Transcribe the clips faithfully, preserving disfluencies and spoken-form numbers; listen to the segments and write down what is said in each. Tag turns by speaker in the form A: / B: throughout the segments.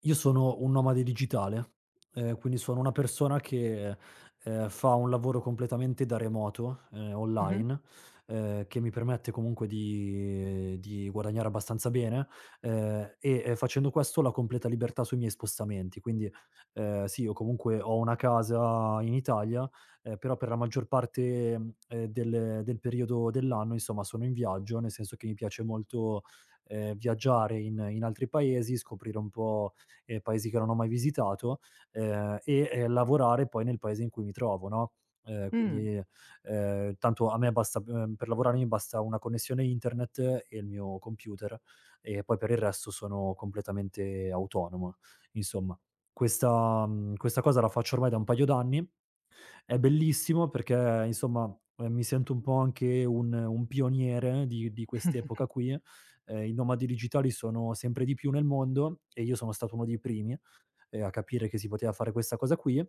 A: Io sono un nomade digitale, ehm, quindi sono una persona che ehm, fa un lavoro completamente da remoto, ehm,
B: Mh-mh.
A: online, ehm, che mi permette comunque di di guadagnare abbastanza bene, ehm, e, ehm, facendo questo ho la completa libertà sui miei spostamenti. Quindi, ehm, sì, io comunque ho una casa in Italia, ehm, però per la maggior parte, mhmm, ehm, del del periodo dell'anno, insomma, sono in viaggio, nel senso che mi piace molto ehm, viaggiare in in altri paesi, scoprire un po' eh, paesi che non ho mai visitato, ehm, e, ehm, lavorare poi nel paese in cui mi trovo, no, ehm,
B: Mh.
A: quindi, ehm, tanto a me basta, ehm, per lavorare mi basta una connessione internet e il mio computer, e poi per il resto sono completamente autonomo. Insomma, questa mhmm, questa cosa la faccio ormai da un paio d'anni, è bellissimo perché, insomma, ehm, mi sento un po' anche un un pioniere di di quest'epoca qui. Ehm, I nomadi digitali sono sempre di più nel mondo e io sono stato uno dei primi ehm, a capire che si poteva fare questa cosa qui.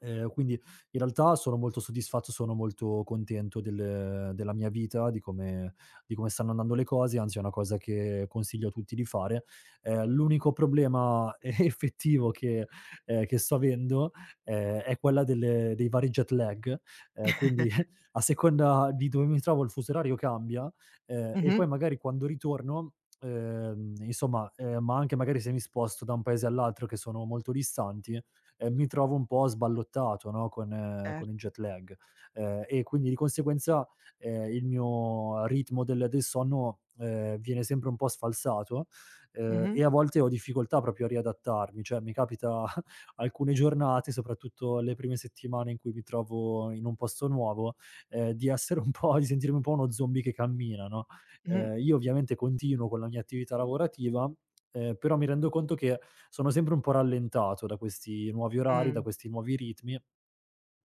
A: Ehm, quindi in realtà sono molto soddisfatto, sono molto contento del della mia vita, di come di come stanno andando le cose, anzi è una cosa che consiglio a tutti di fare. Ehm, l'unico problema effettivo che ehm, che sto avendo, ehm, è quella del dei vari jet lag, ehm, quindi a seconda di dove mi trovo il fuso orario cambia, ehm, e
B: Mh-mh.
A: poi magari quando ritorno, ehm, insomma, ehm, ma anche magari se mi sposto da un paese all'altro che sono molto distanti, ehm, mi trovo un po' sballottato, no, con, eh,
B: Cer
A: con il jet lag. Ehm, e quindi di conseguenza, ehm, il mio ritmo del del sonno ehm, viene sempre un po' sfalsato, ehm,
B: Mh-mh.
A: e a volte ho difficoltà proprio a riadattarmi, cioè mi capita alcune giornate, soprattutto le prime settimane in cui mi trovo in un posto nuovo, ehm, di essere un po', di sentirmi un po' uno zombie che cammina, no.
B: Mh.
A: Ehm, io ovviamente continuo con la mia attività lavorativa. Ehm, però mi rendo conto che sono sempre un po' rallentato da questi nuovi orari, da
B: Mh.
A: questi nuovi ritmi.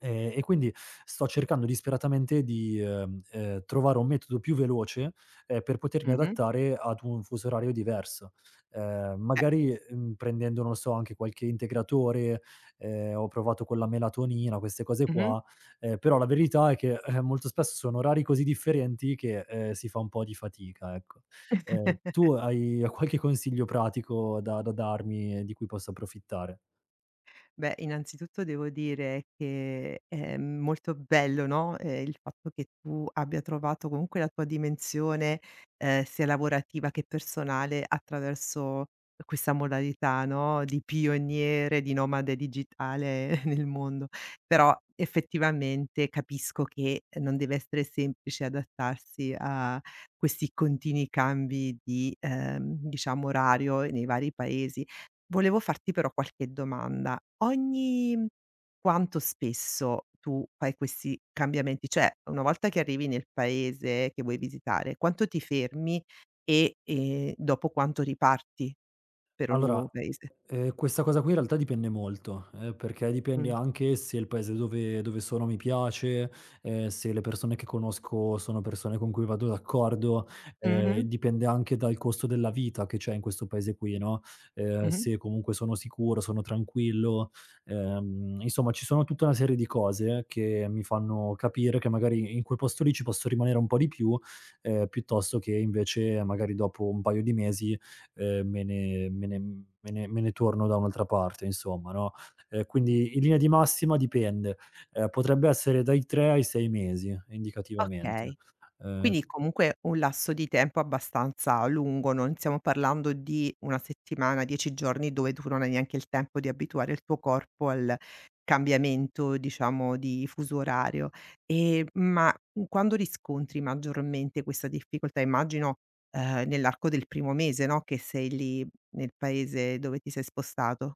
A: Ehm, e quindi sto cercando disperatamente di ehm, ehm, trovare un metodo più veloce, ehm, per potermi
B: Mh-mh.
A: adattare ad un fuso orario diverso. Ehm,
B: Eh.
A: magari, mhmm, prendendo, non lo so, anche qualche integratore, ehm, ho provato con la melatonina, queste cose
B: Mh-mh.
A: qua, ehm, però la verità è che, eh, molto spesso sono orari così differenti che, ehm, si fa un po' di fatica, ecco. Ehm, tu hai qualche consiglio pratico da da darmi, eh, di cui posso approfittare?
B: Beh, innanzitutto devo dire che è molto bello, no, ehm, il fatto che tu abbia trovato comunque la tua dimensione, ehm, sia lavorativa che personale attraverso questa modalità, no, di pioniere, di nomade digitale nel mondo. Però effettivamente capisco che non deve essere semplice adattarsi a questi continui cambi di, ehm, diciamo orario nei vari paesi. Volevo farti però qualche domanda. Ogni mhmm, quanto spesso tu fai questi cambiamenti? Cioè, una volta che arrivi nel paese che vuoi visitare, quanto ti fermi e, ehm, dopo quanto riparti per un
A: Allora,
B: nuovo paese?
A: ehm, questa cosa qui in realtà dipende molto, ehm, perché dipende
B: Mh.
A: anche se il paese dove dove sono mi piace, ehm, se le persone che conosco sono persone con cui vado d'accordo, ehm,
B: Mh-mh.
A: dipende anche dal costo della vita che c'è in questo paese qui, no, ehm,
B: Mh-mh.
A: se comunque sono sicuro, sono tranquillo, ehm, insomma ci sono tutta una serie di cose che mi fanno capire che magari in quel posto lì ci posso rimanere un po' di più, ehm, piuttosto che invece magari dopo un paio di mesi ehm, me ne me ne me ne me ne torno da un'altra parte, insomma, no. Ehm, quindi in linea di massima dipende. Ehm, potrebbe essere dai tre ai sei mesi, indicativamente.
B: Okay.
A: Ehm
B: Quindi comunque un lasso di tempo abbastanza lungo, non stiamo parlando di una settimana, dieci giorni dove tu non hai neanche il tempo di abituare il tuo corpo al cambiamento, diciamo, di fuso orario. Ehm, ma, mhmm, quando riscontri maggiormente questa difficoltà? Immagino, ehm, nell'arco del primo mese, no, che sei lì nel paese dove ti sei spostato.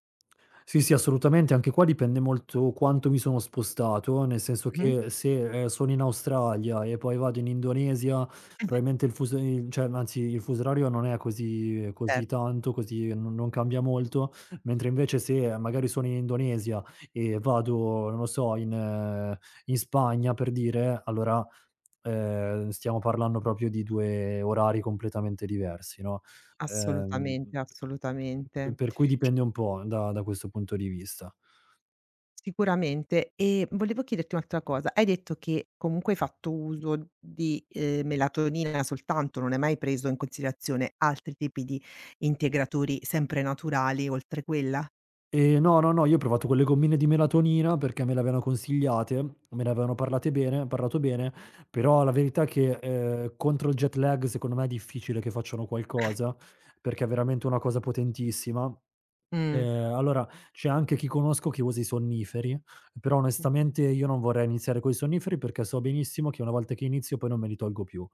A: Sì, sì, assolutamente. Anche qua dipende molto quanto mi sono spostato, nel senso
B: Mh-mh.
A: che se ehm, sono in Australia e poi vado in Indonesia, probabilmente il fuso il cioè, anzi, il fuso orario non è così
B: Cer
A: così tanto, così non non cambia molto, mentre invece se magari sono in Indonesia e vado, non lo so, in eh, in Spagna, per dire, allora ehm, stiamo parlando proprio di due orari completamente diversi, no. ehm
B: Assolutamente,
A: P
B: assolutamente.
A: Per cui dipende un po' da da questo punto di vista.
B: Sicuramente. E volevo chiederti un'altra cosa. Hai detto che comunque hai fatto uso di, ehm, melatonina soltanto, non hai mai preso in considerazione altri tipi di integratori sempre naturali oltre quella?
A: Ehm, no, no, no, io ho provato quelle gommine di melatonina perché me le avevano consigliate, me ne avevano parlate bene parlato bene, però la verità è che, ehm, contro il jet lag secondo me è difficile che facciano qualcosa, perché è veramente una cosa potentissima.
B: Mh,
A: Ehm, allora c'è anche chi conosco che usa i sonniferi, però
B: mh,
A: onestamente io non vorrei iniziare coi sonniferi perché so benissimo che una volta che inizio poi non me li tolgo più,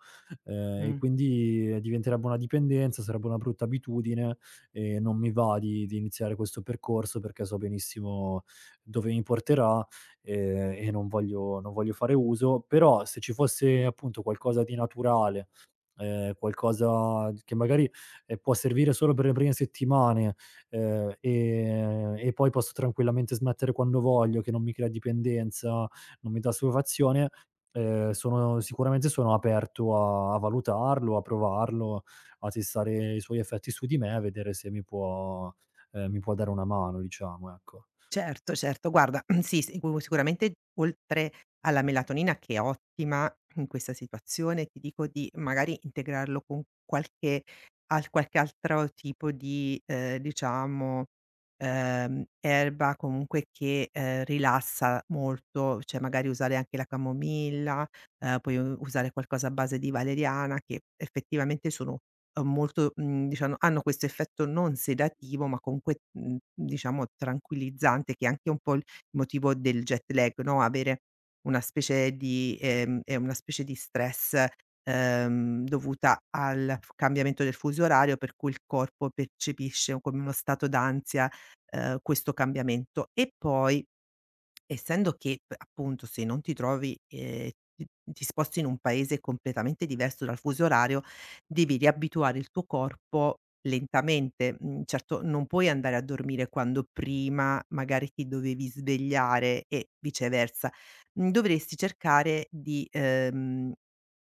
A: ehm, e
B: mh.
A: quindi, eh, diventerebbe una dipendenza, sarebbe una brutta abitudine e non mi va di di iniziare questo percorso perché so benissimo dove mi porterà, ehm, e non voglio non voglio fare uso. Però se ci fosse appunto qualcosa di naturale, ehm, qualcosa che magari ehm, può servire solo per le prime settimane, ehm, e e poi posso tranquillamente smettere quando voglio, che non mi crea dipendenza, non mi dà soddisfazione, ehm, sono sicuramente sono aperto a a valutarlo, a provarlo, a testare i suoi effetti su di me, a vedere se mi può, ehm, mi può dare una mano, diciamo, ecco.
B: Certo, certo. Guarda, sì, sicu sicuramente oltre alla melatonina che è ottima in questa situazione, ti dico di magari integrarlo con qualche al qualche altro tipo di, ehm, diciamo, ehm, erba comunque che, ehm, rilassa molto, cioè magari usare anche la camomilla, ehm, puoi u usare qualcosa a base di valeriana che effettivamente sono uhm, molto mhmm, diciano hanno questo effetto non sedativo, ma comunque, mhmm, diciamo tranquillizzante, che è anche un po' il motivo del jet lag, no, avere una specie di ehm, è una specie di stress, ehm, dovuta al f cambiamento del fuso orario, per cui il corpo percepisce come uno stato d'ansia, ehm, questo cambiamento. E poi, essendo che p appunto, se non ti trovi ehm, ti ti sposti in un paese completamente diverso dal fuso orario, devi riabituare il tuo corpo lentamente. Mhmm, certo non puoi andare a dormire quando prima magari ti dovevi svegliare e viceversa. Mhmm, dovresti cercare di, ehm,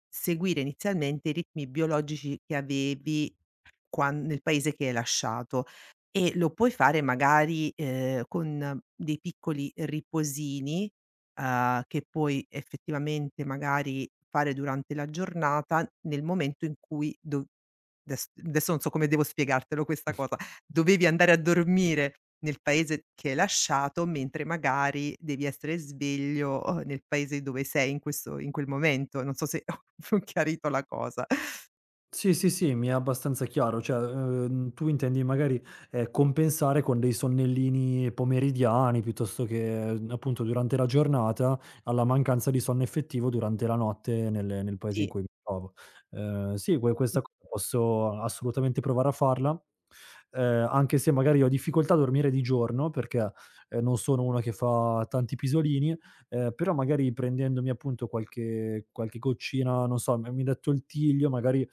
B: seguire inizialmente i ritmi biologici che avevi quan nel paese che hai lasciato. E lo puoi fare magari, ehm, con dei piccoli riposini, uhm, che puoi effettivamente magari fare durante la giornata nel momento in cui dov des adesso non so come devo spiegartelo questa cosa, dovevi andare a dormire nel paese che hai lasciato, mentre magari devi essere sveglio, uhm, nel paese dove sei in questo in quel momento. Non so se ho chiarito la cosa.
A: Sì, sì, sì, mi è abbastanza chiaro, cioè, uhm, tu intendi magari ehm, compensare con dei sonnellini pomeridiani piuttosto che, mhmm, appunto durante la giornata, alla mancanza di sonno effettivo durante la notte nel nel paese in
B: Sì,
A: cui mi trovo. Ehm, sì, que questa
B: mh,
A: cosa posso assolutamente provare a farla, ehm, anche se magari ho difficoltà a dormire di giorno perché ehm, non sono uno che fa tanti pisolini, ehm, però magari prendendomi appunto qualche qualche goccina, non so, mi mi hai detto il tiglio, magari,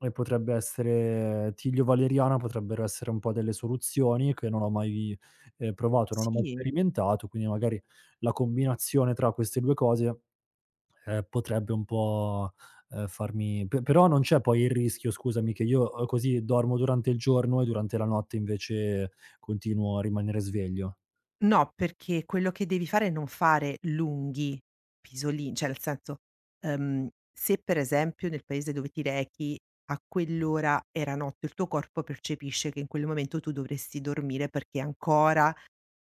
A: e potrebbe essere tiglio valeriana, potrebbero essere un po' delle soluzioni che non ho mai ehm, provato, non ho mai
B: sì.
A: sperimentato, quindi magari la combinazione tra queste due cose ehm, potrebbe un po', ehm, farmi pe però non c'è poi il rischio, scusami, che io uhm, così dormo durante il giorno e durante la notte invece continuo a rimanere sveglio?
B: No, perché quello che devi fare è non fare lunghi pisolin cioè, nel senso, ehm, se per esempio nel paese dove ti rechi a quell'ora era notte, il tuo corpo percepisce che in quel momento tu dovresti dormire perché ancora,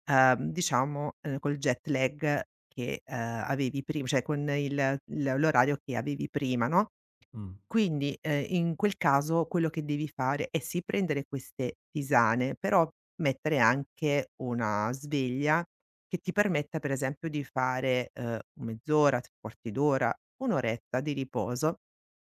B: ehm, diciamo, ehm, col jet lag che, ehm, avevi prim cioè con il il l'orario che avevi prima, no?
A: Mh.
B: Quindi, ehm, in quel caso quello che devi fare è sì prendere queste tisane, però mettere anche una sveglia che ti permetta per esempio di fare, ehm, mezz'ora, tre quarti d'ora, una oretta di riposo,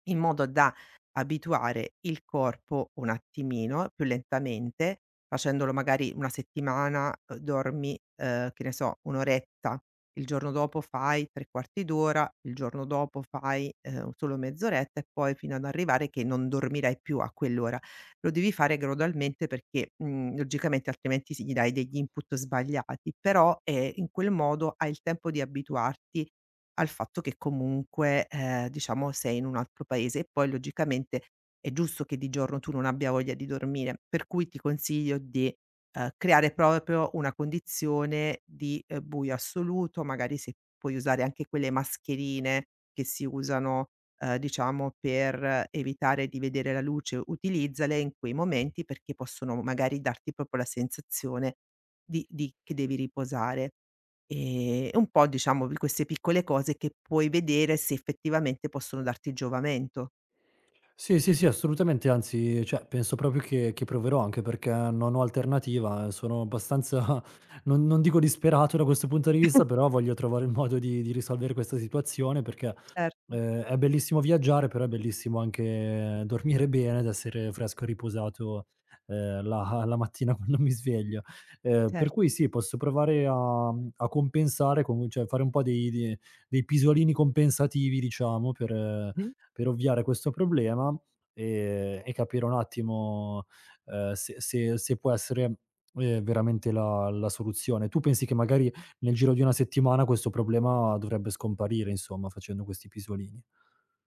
B: in modo da abituare il corpo un attimino, più lentamente, facendolo magari una settimana, uhm, dormi, ehm, che ne so, una oretta, il giorno dopo fai tre quarti d'ora, il giorno dopo fai, ehm, solo mezz'oretta e poi fino ad arrivare che non dormirai più a quell'ora. Lo devi fare gradualmente perché, mhmm, logicamente altrimenti sì, gli dai degli input sbagliati, però, ehm, in quel modo hai il tempo di abituarti al fatto che comunque, ehm, diciamo sei in un altro paese e poi logicamente è giusto che di giorno tu non abbia voglia di dormire, per cui ti consiglio di ehm, creare proprio una condizione di, ehm, buio assoluto, magari se puoi usare anche quelle mascherine che si usano, ehm, diciamo per evitare di vedere la luce, utilizzale in quei momenti perché possono magari darti proprio la sensazione di di che devi riposare. Ehm, un po' diciamo di queste piccole cose che puoi vedere se effettivamente possono darti giovamento.
A: Sì, sì, sì, assolutamente, anzi, cioè, penso proprio che che proverò, anche perché non ho alternativa, eh, sono abbastanza non non dico disperato da questo punto di vista, però voglio trovare il modo di di risolvere questa situazione perché,
B: Certo,
A: Ehm, è bellissimo viaggiare, però è bellissimo anche dormire bene ed essere fresco e riposato, ehm, la la mattina quando mi sveglio. Ehm, per
B: certo.
A: cui sì, posso provare a mhmm, a compensare, con cioè, fare un po' dei de dei pisolini compensativi, diciamo, per, eh,
B: Mh.
A: per ovviare questo problema, ehm, e capire un attimo ehm, se se se può essere ehm, veramente la la soluzione. Tu pensi che magari nel giro di una settimana questo problema dovrebbe scomparire, insomma, facendo questi pisolini?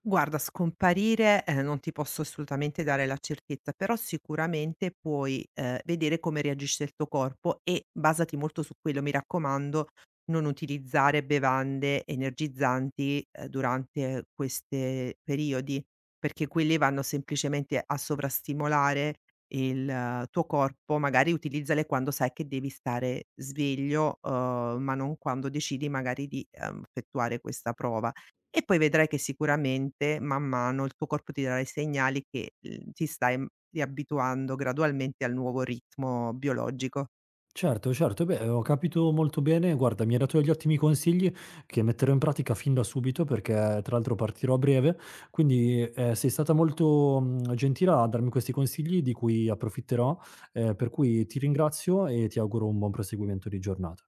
B: Guarda, scomparire, ehm, non ti posso assolutamente dare la certezza, però sicuramente puoi, ehm, vedere come reagisce il tuo corpo e basati molto su quello. Mi raccomando, non utilizzare bevande energizzanti, ehm, durante queste periodi, perché quelli vanno semplicemente a sovrastimolare il eh, tuo corpo. Magari utilizzale quando sai che devi stare sveglio, uhm, ma non quando decidi magari di, ehm, effettuare questa prova. E poi vedrai che sicuramente man mano il tuo corpo ti darà i segnali che, uhm, ti stai, mhmm, riabituando gradualmente al nuovo ritmo biologico.
A: Certo, certo, beh, ho capito molto bene. Guarda, mi hai dato degli ottimi consigli che metterò in pratica fin da subito perché tra l'altro partirò a breve, quindi, ehm, sei stata molto, mhmm, gentile a darmi questi consigli di cui approfitterò, ehm, per cui ti ringrazio e ti auguro un buon proseguimento di giornata.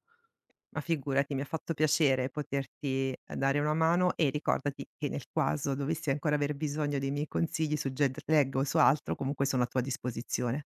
B: Ma figurati, mi ha fatto piacere poterti, ehm, dare una mano e ricordati che nel caso dovessi ancora aver bisogno dei miei consigli su jet lag o su altro, comunque sono a tua disposizione.